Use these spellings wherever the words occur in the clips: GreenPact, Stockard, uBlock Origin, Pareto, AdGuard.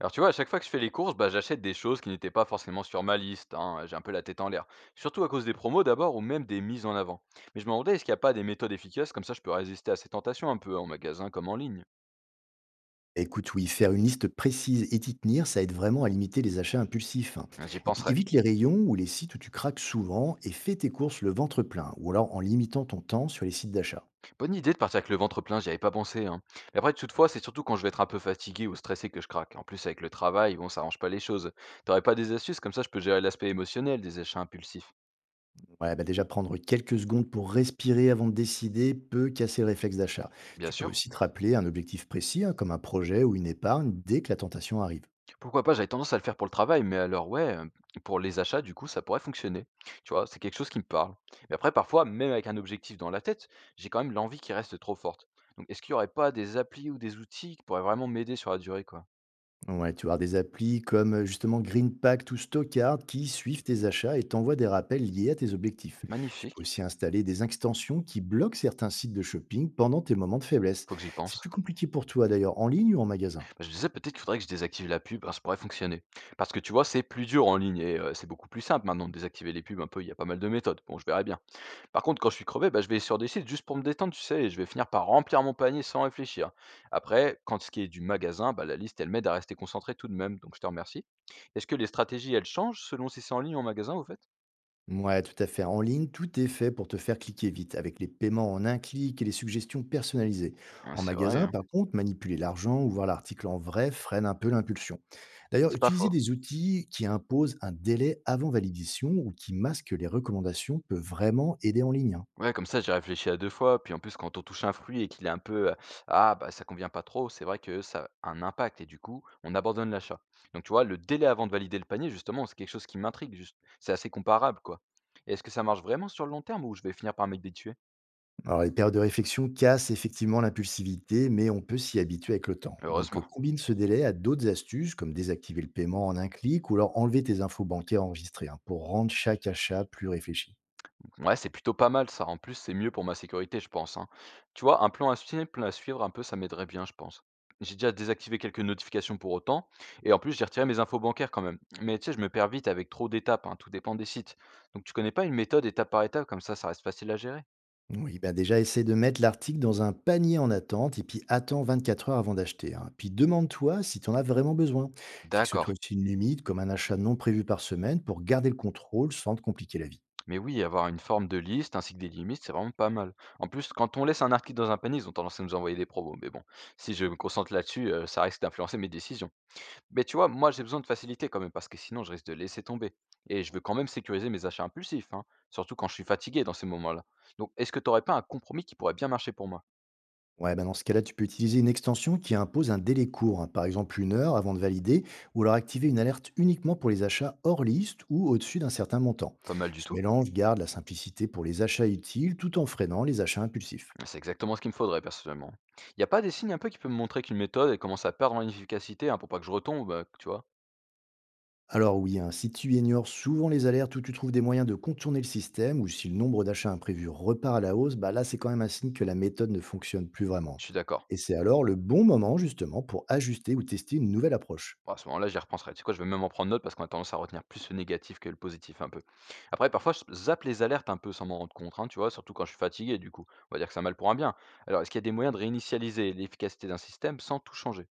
Alors tu vois, à chaque fois que je fais les courses, bah, j'achète des choses qui n'étaient pas forcément sur ma liste, hein. J'ai un peu la tête en l'air. Surtout à cause des promos d'abord ou même des mises en avant. Mais je me demandais, est-ce qu'il n'y a pas des méthodes efficaces comme ça je peux résister à ces tentations un peu en magasin comme en ligne? Écoute, oui, faire une liste précise et t'y tenir, ça aide vraiment à limiter les achats impulsifs. Hein. Hein, j'y Et puis penserai. évite les rayons ou les sites où tu craques souvent et fais tes courses le ventre plein, ou alors en limitant ton temps sur les sites d'achat. Bonne idée de partir avec le ventre plein, j'y avais pas pensé, hein. Mais après, toutefois, c'est surtout quand je vais être un peu fatigué ou stressé que je craque. En plus, avec le travail, bon, ça arrange pas les choses. T'aurais pas des astuces comme ça je peux gérer l'aspect émotionnel des achats impulsifs? Ouais, bah déjà prendre quelques secondes pour respirer avant de décider peut casser le réflexe d'achat. Bien Tu peux sûr. aussi te rappeler un objectif précis, hein, comme un projet ou une épargne, dès que la tentation arrive. Pourquoi pas? J'avais tendance à le faire pour le travail, mais alors ouais, pour les achats, du coup, ça pourrait fonctionner. Tu vois? C'est quelque chose qui me parle. Mais après, parfois, même avec un objectif dans la tête, j'ai quand même l'envie qui reste trop forte. Donc est-ce qu'il y aurait pas des applis ou des outils qui pourraient vraiment m'aider sur la durée, quoi? Ouais, tu vas avoir des applis comme justement GreenPact ou Stockard qui suivent tes achats et t'envoient des rappels liés à tes objectifs. Tu peux Magnifique, aussi installer des extensions qui bloquent certains sites de shopping pendant tes moments de faiblesse. faut que j'y C'est pense. plus compliqué pour toi d'ailleurs, en ligne ou en magasin? Bah, je me disais peut-être qu'il faudrait que je désactive la pub, hein, ça pourrait fonctionner. Parce que tu vois, c'est plus dur en ligne et c'est beaucoup plus simple maintenant de désactiver les pubs un peu, il y a pas mal de méthodes. Bon, je verrai bien. Par contre, quand je suis crevé, bah, je vais sur des sites juste pour me détendre, tu sais, et je vais finir par remplir mon panier sans réfléchir. Après, quand ce qui est du magasin, bah, la liste, elle m'aide à rester concentré tout de même, donc je te remercie. Est-ce que les stratégies, elles changent selon si c'est en ligne ou en magasin, au fait? Ouais, tout à fait. En ligne, tout est fait pour te faire cliquer vite, avec les paiements en un clic et les suggestions personnalisées. Ah, En c'est vrai, magasin, hein. par contre, manipuler l'argent ou voir l'article en vrai freine un peu l'impulsion. D'ailleurs, C'est pas utiliser faux. des outils qui imposent un délai avant validation ou qui masquent les recommandations peut vraiment aider en ligne. Hein. Ouais, comme ça, j'ai réfléchi à deux fois. Puis en plus, quand on touche un fruit et qu'il est un peu, ah, bah, ça convient pas trop, c'est vrai que ça a un impact et du coup, on abandonne l'achat. Donc, tu vois, le délai avant de valider le panier, justement, c'est quelque chose qui m'intrigue. C'est assez comparable, quoi. Et est-ce que ça marche vraiment sur le long terme ou je vais finir par m'habituer? Alors, les périodes de réflexion cassent effectivement l'impulsivité, mais on peut s'y habituer avec le temps. Donc, Heureusement. combine ce délai à d'autres astuces, comme désactiver le paiement en un clic ou alors enlever tes infos bancaires enregistrées, hein, pour rendre chaque achat plus réfléchi. Ouais, c'est plutôt pas mal ça. En plus, c'est mieux pour ma sécurité, je pense, hein. Tu vois, un plan à simple à suivre un peu, ça m'aiderait bien, je pense. J'ai déjà désactivé quelques notifications pour autant, et en plus, j'ai retiré mes infos bancaires quand même. Mais tu sais, je me perds vite avec trop d'étapes, hein, tout dépend des sites. Donc, tu connais pas une méthode étape par étape, comme ça reste facile à gérer? Oui, ben déjà, essaie de mettre l'article dans un panier en attente et puis attends 24 heures avant d'acheter. Hein. Puis demande-toi si tu en as vraiment besoin. D'accord. Fixe-toi aussi une limite, comme un achat non prévu par semaine, pour garder le contrôle sans te compliquer la vie. Mais oui, avoir une forme de liste ainsi que des limites, c'est vraiment pas mal. En plus, quand on laisse un article dans un panier, ils ont tendance à nous envoyer des promos. Mais bon, si je me concentre là-dessus, ça risque d'influencer mes décisions. Mais tu vois, moi j'ai besoin de facilité quand même, parce que sinon je risque de laisser tomber. Et je veux quand même sécuriser mes achats impulsifs, hein, surtout quand je suis fatigué dans ces moments-là. Donc est-ce que t'aurais pas un compromis qui pourrait bien marcher pour moi? Ouais, ben dans ce cas-là, tu peux utiliser une extension qui impose un délai court, hein, par exemple une heure avant de valider, ou alors activer une alerte uniquement pour les achats hors liste ou au-dessus d'un certain montant. Pas mal du Ce tout. mélange garde la simplicité pour les achats utiles tout en freinant les achats impulsifs. C'est exactement ce qu'il me faudrait personnellement. Il a pas des signes un peu qui peuvent me montrer qu'une méthode elle commence à perdre en efficacité, hein, pour pas que je retombe, tu vois? Alors oui, hein, si tu ignores souvent les alertes ou tu trouves des moyens de contourner le système ou si le nombre d'achats imprévus repart à la hausse, bah là c'est quand même un signe que la méthode ne fonctionne plus vraiment. Je suis d'accord. Et c'est alors le bon moment justement pour ajuster ou tester une nouvelle approche. Bah, à ce moment-là, j'y repenserai. Tu sais quoi? Je vais même en prendre note parce qu'on a tendance à retenir plus le négatif que le positif un peu. Après, parfois, je zappe les alertes un peu sans m'en rendre compte, hein, tu vois, surtout quand je suis fatigué du coup. On va dire que c'est un mal pour un bien. Alors, est-ce qu'il y a des moyens de réinitialiser l'efficacité d'un système sans tout changer?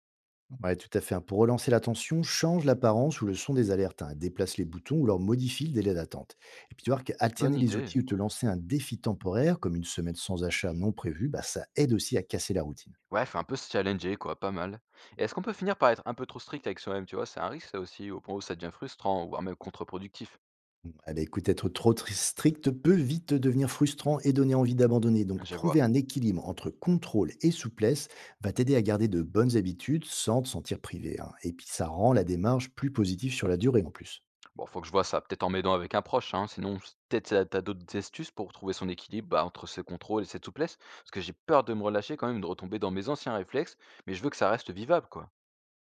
Ouais, tout à fait. Hein. Pour relancer l'attention, change l'apparence ou le son des alertes, hein, déplace les boutons ou leur modifie le délai d'attente. Et puis tu vois qu'alterner Bonne les idée. outils ou te lancer un défi temporaire, comme une semaine sans achat non prévu, bah, ça aide aussi à casser la routine. Ouais, faut un peu se challenger, quoi, pas mal. Et est-ce qu'on peut finir par être un peu trop strict avec soi-même, tu vois? C'est un risque ça aussi, au point où ça devient frustrant, voire même contre-productif. Eh ben, écoute, être trop strict peut vite devenir frustrant et donner envie d'abandonner. Donc, Je vois. trouver un équilibre entre contrôle et souplesse va t'aider à garder de bonnes habitudes sans te sentir privé. Hein. Et puis, ça rend la démarche plus positive sur la durée en plus. Bon, faut que je vois ça, peut-être en m'aidant avec un proche, hein, sinon s peut-être t'as as d'autres astuces pour trouver son équilibre, bah, entre ce contrôle et cette souplesse? Parce que j'ai peur de me relâcher quand même, de retomber dans mes anciens réflexes, mais je veux que ça reste vivable, quoi.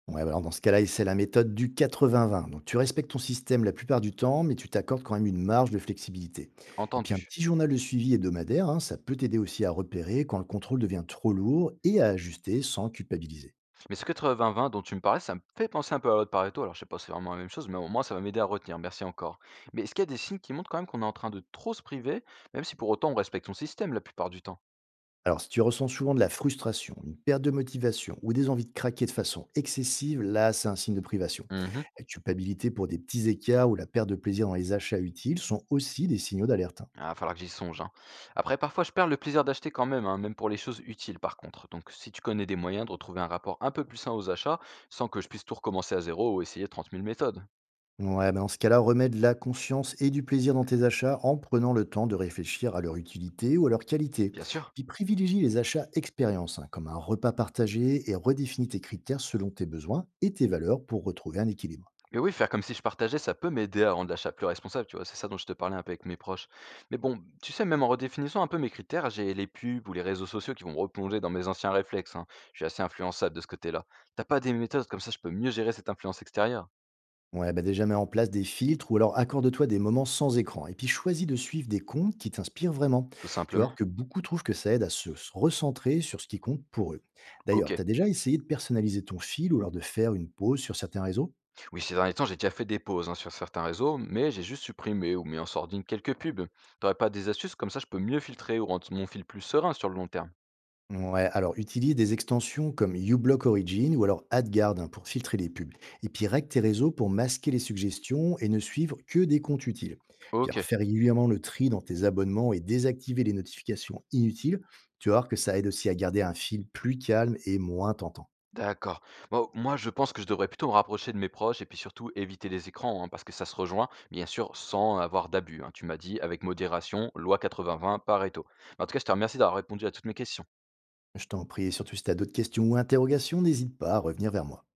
Ouais, bah alors dans ce cas-là, c'est la méthode du 80-20. Donc, tu respectes ton système la plupart du temps, mais tu t'accordes quand même une marge de flexibilité. Et puis, Entendu. un petit journal de suivi hebdomadaire, hein, ça peut t'aider aussi à repérer quand le contrôle devient trop lourd et à ajuster sans culpabiliser. Mais ce 80 vingt dont tu me parlais, ça me fait penser un peu à la loi de Pareto, alors je sais pas si c'est vraiment la même chose, mais au moins ça va m'aider à retenir, merci encore. Mais est-ce qu'il y a des signes qui montrent quand même qu'on est en train de trop se priver, même si pour autant on respecte son système la plupart du temps? Alors, si tu ressens souvent de la frustration, une perte de motivation ou des envies de craquer de façon excessive, là, c'est un signe de privation. Mmh. La culpabilité pour des petits écarts ou la perte de plaisir dans les achats utiles sont aussi des signaux d'alerte. Hein. Ah, va falloir que j'y songe, hein. Après, parfois, je perds le plaisir d'acheter quand même, hein, même pour les choses utiles, par contre. Donc, si tu connais des moyens de retrouver un rapport un peu plus sain aux achats, sans que je puisse tout recommencer à zéro ou essayer 30 000 méthodes, Ouais, mais dans ce cas-là, remets de la conscience et du plaisir dans tes achats en prenant le temps de réfléchir à leur utilité ou à leur qualité. bien sûr. Puis privilégie les achats expérience, hein, comme un repas partagé, et redéfinis tes critères selon tes besoins et tes valeurs pour retrouver un équilibre. Mais oui, faire comme si je partageais, ça peut m'aider à rendre l'achat plus responsable, tu vois. C'est ça dont je te parlais un peu avec mes proches. Mais bon, tu sais, même en redéfinissant un peu mes critères, j'ai les pubs ou les réseaux sociaux qui vont me replonger dans mes anciens réflexes, hein. Je suis assez influençable de ce côté-là. T'as pas des méthodes comme ça, je peux mieux gérer cette influence extérieure, Ouais, bah déjà mets en place des filtres ou alors accorde-toi des moments sans écran. Et puis choisis de suivre des comptes qui t'inspirent vraiment. tout Tu vas simplement. voir que beaucoup trouvent que ça aide à se recentrer sur ce qui compte pour eux. D'ailleurs, Ok. t'as déjà essayé de personnaliser ton fil ou alors de faire une pause sur certains réseaux? Oui, ces derniers temps, j'ai déjà fait des pauses, hein, sur certains réseaux, mais j'ai juste supprimé ou mis en sordine quelques pubs. T'aurais pas des astuces comme ça, je peux mieux filtrer ou rendre mon fil plus serein sur le long terme? Ouais, alors utilise des extensions comme uBlock Origin ou alors AdGuard, hein, pour filtrer les pubs. Et puis règle tes réseaux pour masquer les suggestions et ne suivre que des comptes utiles. Puis alors Ok, faire régulièrement le tri dans tes abonnements et désactiver les notifications inutiles. Tu vas voir que ça aide aussi à garder un fil plus calme et moins tentant. d'accord. Bon, moi, je pense que je devrais plutôt me rapprocher de mes proches et puis surtout éviter les écrans, hein, parce que ça se rejoint, bien sûr, sans avoir d'abus, hein. Tu m'as dit avec modération, loi 80-20, Pareto. En tout cas, je te remercie d'avoir répondu à toutes mes questions. Je t'en prie, et surtout si tu as d'autres questions ou interrogations, n'hésite pas à revenir vers moi.